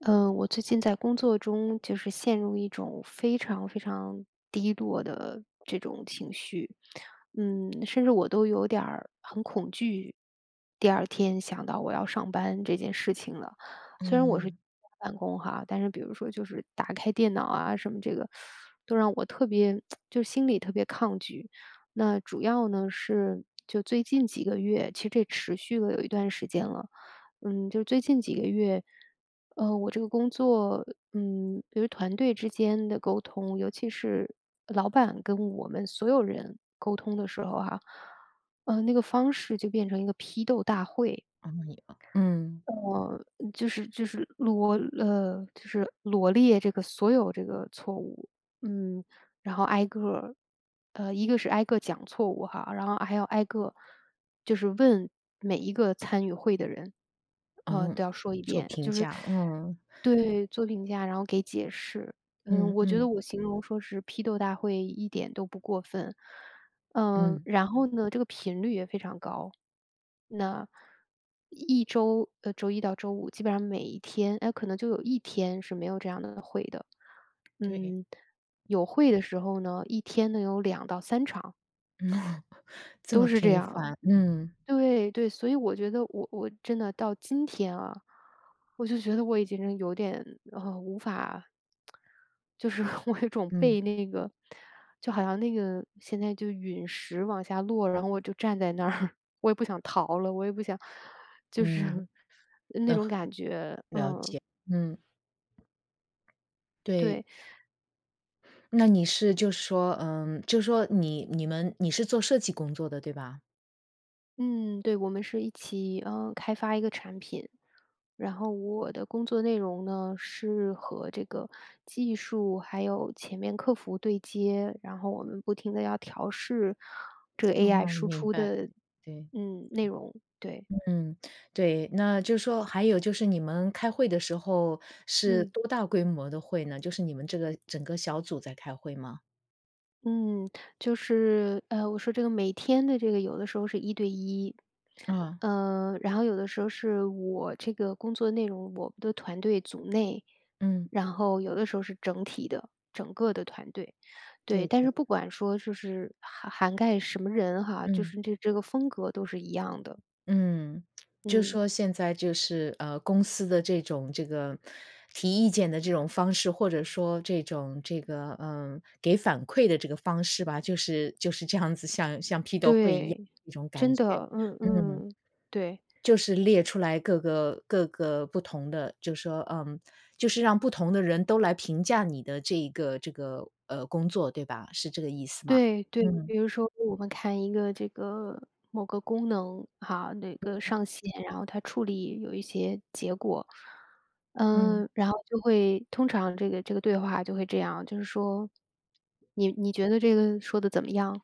嗯，我最近在工作中就是陷入一种非常非常低落的这种情绪，甚至我都有点儿很恐惧。第二天想到我要上班这件事情了，虽然我是居嗯，家办公哈，但是比如说就是打开电脑啊什么这个，都让我特别 就心里特别抗拒。那主要呢是就最近几个月，其实这持续了有一段时间了。就是最近几个月，我这个工作，比如团队之间的沟通，尤其是老板跟我们所有人沟通的时候哈、那个方式就变成一个批斗大会，哦，也嗯，呃，就是就是罗呃，就是罗列这个所有这个错误，嗯，然后挨个儿，一个是挨个讲错误哈，然后还要挨个就是问每一个参与会的人，哦，都要说一做遍，评就是价，嗯，对做评价，然后给解释。嗯我觉嗯得我形容说是批斗大会一点都不过分，嗯，然后呢，这个频率也非常高。那一周周一到周五基本上每一天，哎，可能就有一天是没有这样的会的。对，嗯，有会的时候呢，一天能有两到三场，嗯 这么都是这频样。繁，嗯对对，所以我觉得我真的到今天啊，我就觉得我已经有点无法，就是 我有种嗯被那个，就好像那个现在就陨石往下落，然后我就站在那儿，我也不想逃了，我也不想，就是 嗯，那呃，种感觉，了解，嗯，对，对。那你是就是说，嗯，就是说你是做设计工作的，对吧？嗯，对，我们是一起，开发一个产品。然后我的工作内容呢，是和这个技术还有前面客服对接，然后我们不停的要调试这个 哦，AI 输明出白，的，对，内容，对，嗯，对，那就是说还有就是你们开会的时候是嗯。多大规模的会呢？就是你们这个整个小组在开会吗？嗯，我说这个每天的这个有的时候是一对一，啊，然后有的时候是我这个工作内容，我们的团队组内，嗯，然后有的时候是整体的，整个的团队，对对。但对。是不管说就是涵盖什么人哈，就嗯是这个风格都是一样的，嗯，就嗯，说现在就是，公司的这种这个提意见的这种方式，或者说这种这个，嗯，给反馈的这个方式吧，就是这样子，像批斗会一样对，一种感真觉。的，嗯嗯，嗯，对。就是列出来各个不同的，就说，嗯，就是让不同的人都来评价你的这一个这个，工作，对吧？是这个意思吗？对对，嗯，比如说我们看一个这个某个功能哈，那个上线，然后它处理有一些结果，嗯，然后就会通常这个对话就会这样，就是说，你觉得这个说的怎么样？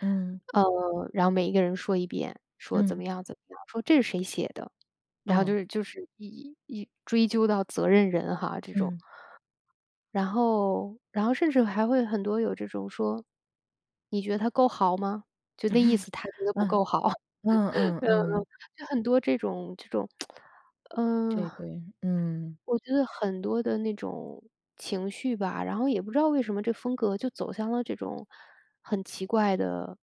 嗯，呃，然后每一个人说一遍，说怎嗯，么样怎么样，说这是谁写的，然后就哦，是就是一一追究到责任人哈这种。嗯，然后甚至还会很多有这种说："你觉得他够好吗？"就那意思他觉得不嗯。够好。嗯 嗯嗯嗯，嗯，就很多这种这种，嗯，对对，嗯我觉得很多的那种情绪吧，然后也不知道为什么这风格就走向了这种很奇怪的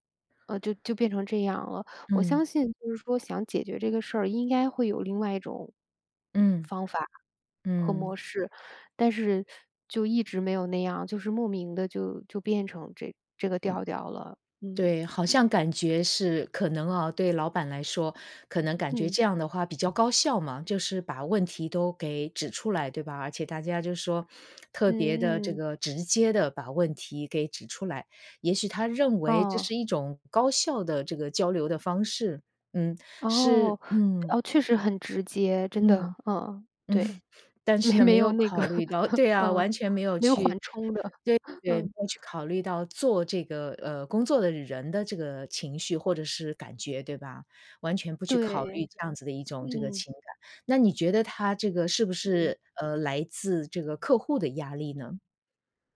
就变成这样了。我嗯相信就是说想解决这个事儿，应该会有另外一种嗯和嗯，模式，但是就一直没有那样，就是莫名的就变成这个调调了。嗯，对，好像感觉是可能啊，对老板来说，可能感觉嗯，这样的话比较高效嘛，就是把问题都给指出来，对吧？而且大家就说特别的这嗯嗯，个直接的把问题给指出来，也许他认为这哦，是一种高效的这个交流的方式，嗯，是，哦，嗯哦，确实很直接，真的，嗯嗯。对，但是没呢，没没有有那个，考虑到 对啊，嗯，完全没有没有缓去冲的，对 对，没嗯，有去考虑到做这个，工作的人的这个情绪或者是感觉，对吧？完全不去考虑对，这样子的一种这个嗯，情感。那你觉得他这个是不嗯，是，来自这个客户的压力呢？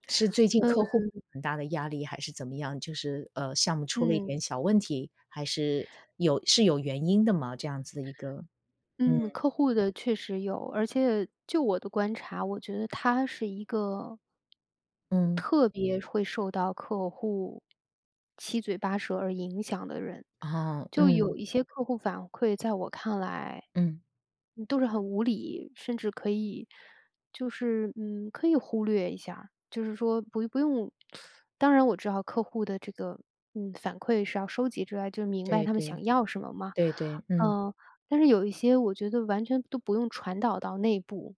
是最近嗯，客户很大的压力还是怎么样？就是，项目出了一嗯。点小问题，还是有是有原因的吗？这样子的一个嗯，嗯，客户的确实有，而且就我的观察，我觉得他是一个嗯，特别会受到客户七嘴八舌而影响的人。哦，就嗯，有一些客户反馈，在我看来，嗯，都是很无理，甚至可以就是可以忽略一下儿就是说不用。当然我知道客户的这个反馈是要收集之外，就是明白对他们对。想要什么嘛。对对，嗯，嗯、但是有一些我觉得完全都不用传导到内部，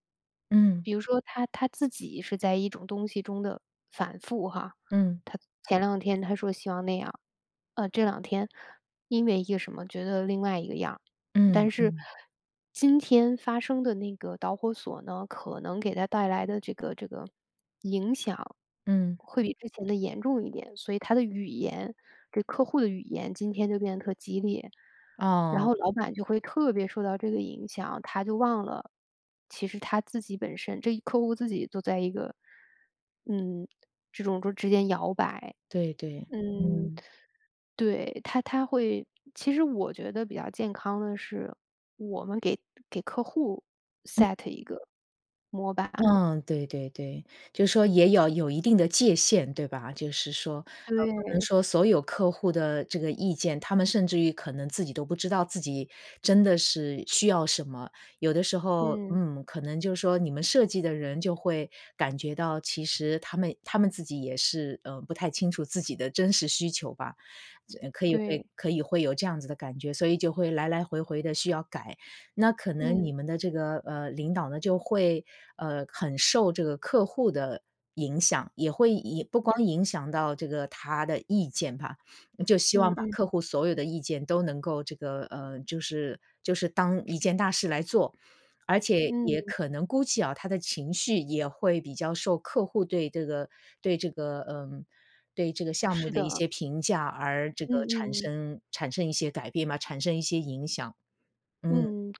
嗯，比如说他自己是在一种东西中的反复哈，嗯，他前两天他说希望那样，这两天因为一个什么觉得另外一个样儿嗯，但是嗯，今天发生的那个导火索呢，可能给他带来的这个影响嗯，会比之前的严重一点，所以他的语言，这客户的语言今天就变得特激烈，然哦，后老板就会特别受到这个影响，他就忘了，其实他自己本身，这客户自己都在一个，嗯，这种就之间摇摆，对对，嗯，嗯。对，他会其实我觉得比较健康的是，我们给客户 set 一个模板。嗯，对对对，就是说也要有一定的界限，对吧？就是说，不能对，说所有客户的这个意见，他们甚至于可能自己都不知道自己真的是需要什么。有的时候，嗯，嗯，可能就是说你们设计的人就会感觉到，其实他们自己也是，不太清楚自己的真实需求吧，可以会对，可以会有这样子的感觉，所以就会来来回回的需要改。那可能你嗯，们的这个领导呢，就会很受这个客户的影响，也会不光影响到这个他的意见吧，就希嗯望把嗯，客户所有的意见都能够这个就是当一件大事来做，而且也嗯，可能估计啊，他的情绪也会比较受客户对这个嗯。对这个项目是的一的，些评价，而这嗯个产嗯，生产生一些改变嘛，产生一些影响。嗯，嗯，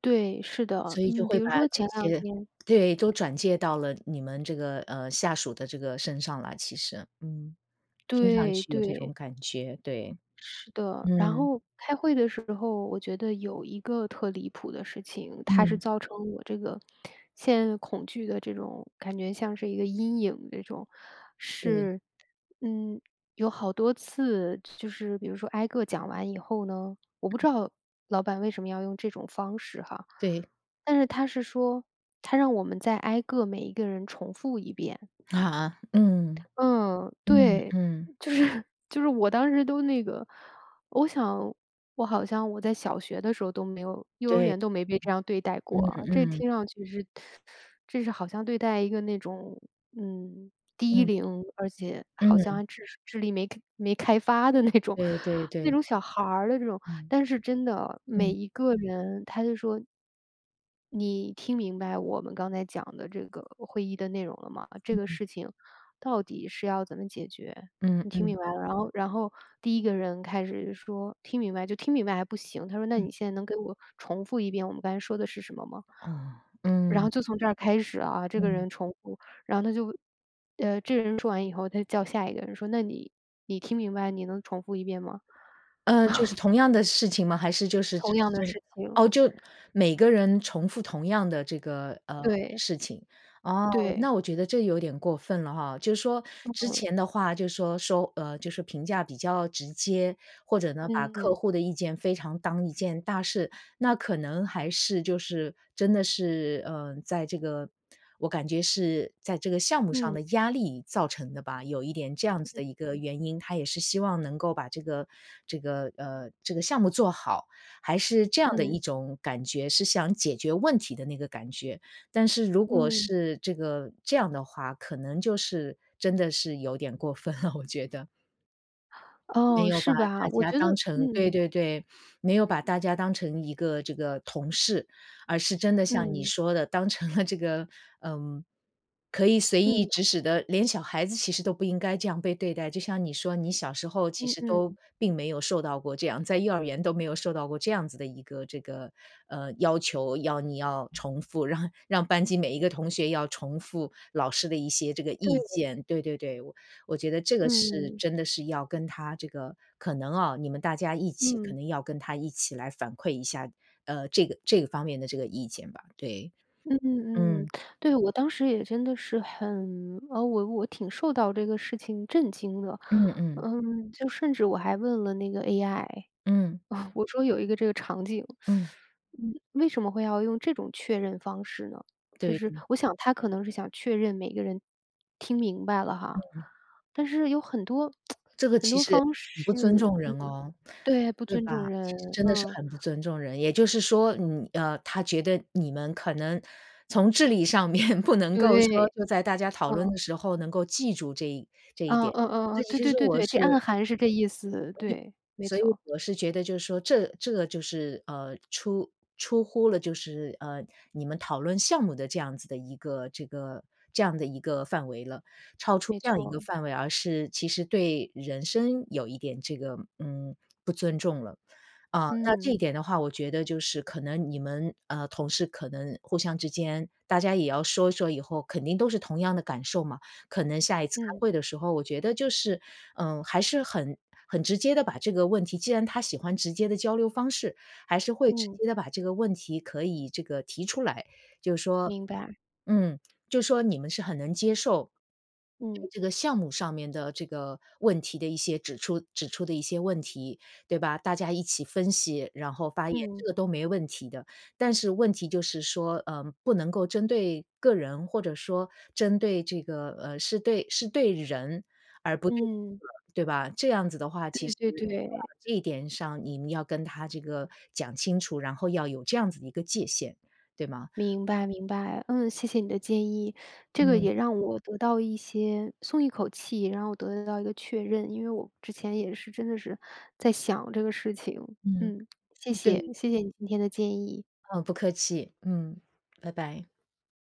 对，是的，所以就嗯，会比如把说这前两些天对，都转借到了你们这个，下属的这个身上了。其实，嗯，听上对去有这种对，感觉，对，是的，然嗯，后开会的时候，我觉得有一个特离谱的事情，它是嗯，造成我这个现在恐惧的这种感觉，像是一个阴影这种，对，是，嗯，有好多次，就是比如说挨个讲完以后呢，我不知道老板为什么要用这种方式哈，对，但是他是说，他让我们再挨个每一个人重复一遍。啊，嗯，嗯，嗯，对，嗯，就是 就是我当时都那个，我想我好像我在小学的时候都没有，幼儿对，园都没被这样对待嗯，过啊。这嗯，听上去是，这是好像对待一个那种嗯低嗯，龄，而且好像嗯，还智力没开发的那种 对对 那对，种小孩儿的这种。嗯，但是真的，每嗯，一个人他就说"你听明白我们刚才讲的这个会议的内容了吗？这个事情到底是要怎么解决？嗯，你听嗯，明白了？"然后第一个人开始就说"听明白"，就听明白还不行，他说"那嗯，你现在能给我重复一遍我们刚才说的是什么吗？"哦，然嗯，后就从这儿开始啊，这个嗯。人重复，然后他就这人说完以后，他叫下一个人说："那你听明白，你能重复一遍吗？就是同样的事情吗？还是就是只同是样的事情。"哦，就每个人重复同样的这个，对，事情。哦，那对，我觉得这有点过分了哈。就是说之前的话就是说就是评价比较直接，或者呢，把客嗯，户的意见非常当一件大事。那可能还是就是真的是，嗯，在这个我感觉是在这个项目上嗯，的压力造成的吧，有一点这样子的一个原因。他也是希望能够把这个项目做好，还是这样的一嗯，种感觉，是想解决问题的那个感觉。但是如果嗯，嗯，是这样的话，可能就是真的是有点过分了，我觉得。没哦，有把是吧？大我家觉得当成对对对，没有把大家当成一个这个同事，而是真的像嗯你嗯，说的，当成了这个，嗯，可以随意嗯，指使的连小孩子其实都不应该这样被对待。就像你说，你小时候其嗯实都嗯，并没有受到过这样在幼儿园都没有受到过这样子的一个这个，要求，你要重复，让班级每一个同学要重复老师的一些这个意对，见，对对对，我觉得这个是嗯，真的是要跟他这个可能啊，你们大家一起可嗯。能要跟他一起来反馈一下，这个方面的这个意见吧，对。嗯嗯，嗯，对，我当时也真的是很我挺受到这个事情震惊的。嗯嗯，就甚至我还问了那个 AI，嗯，啊，我说有一个这个场景，嗯，为什么会要用这种确认方式呢？就对是对，我想他可能是想确认每个人听明白了哈，但是有很多 这个很其多实方很不尊式，重嗯人哦，对，不对尊重吧？其人，实真的是嗯，很不尊重人，也就是说他觉得你们可能从智力上面 不能够说对，就在大家讨嗯。论的时候能够记住这一嗯点。嗯嗯这嗯，对其对实对我对，这是暗含是这意思，对，没所以错我是觉得就是说，这个就是出乎了就是你们讨论项目的这样子的一个这样的一个范围了，超出没这样一个错，范围，而是其实对人生有一点这个嗯不尊重了。啊、那这一嗯，点的话，我觉得就是可能你们同事可能互相之间，大家也要说一说，以后肯定都是同样的感受嘛，可能下一次开嗯会的时候，我觉得就是，嗯，还是很直接的把这个问题既然他喜欢直接的交流方式，还是会直嗯，接的把这个问题可以这个提出来，就是说明白，嗯，就说你们是很能接受嗯对这个项目上面的这个问题的一些指出的一些问题，对吧？大家一起分析，然后发言，嗯这个都没问题的。但是问题就是说，不能够针对个人，或者说针对这个，是对人，而不对嗯，对吧？这样子的话，其对实对对，这一点上，你们要跟他这个讲清楚，然后要有这样子的一个界限，对吗？明白明白，嗯，谢谢你的建议，这个嗯也让我得到一些松一口气，然后我得到一个确认，因为我之前也是真的是在想这个事情，嗯，嗯，谢对，谢谢谢你今天的建议。嗯，不客气，嗯，拜拜。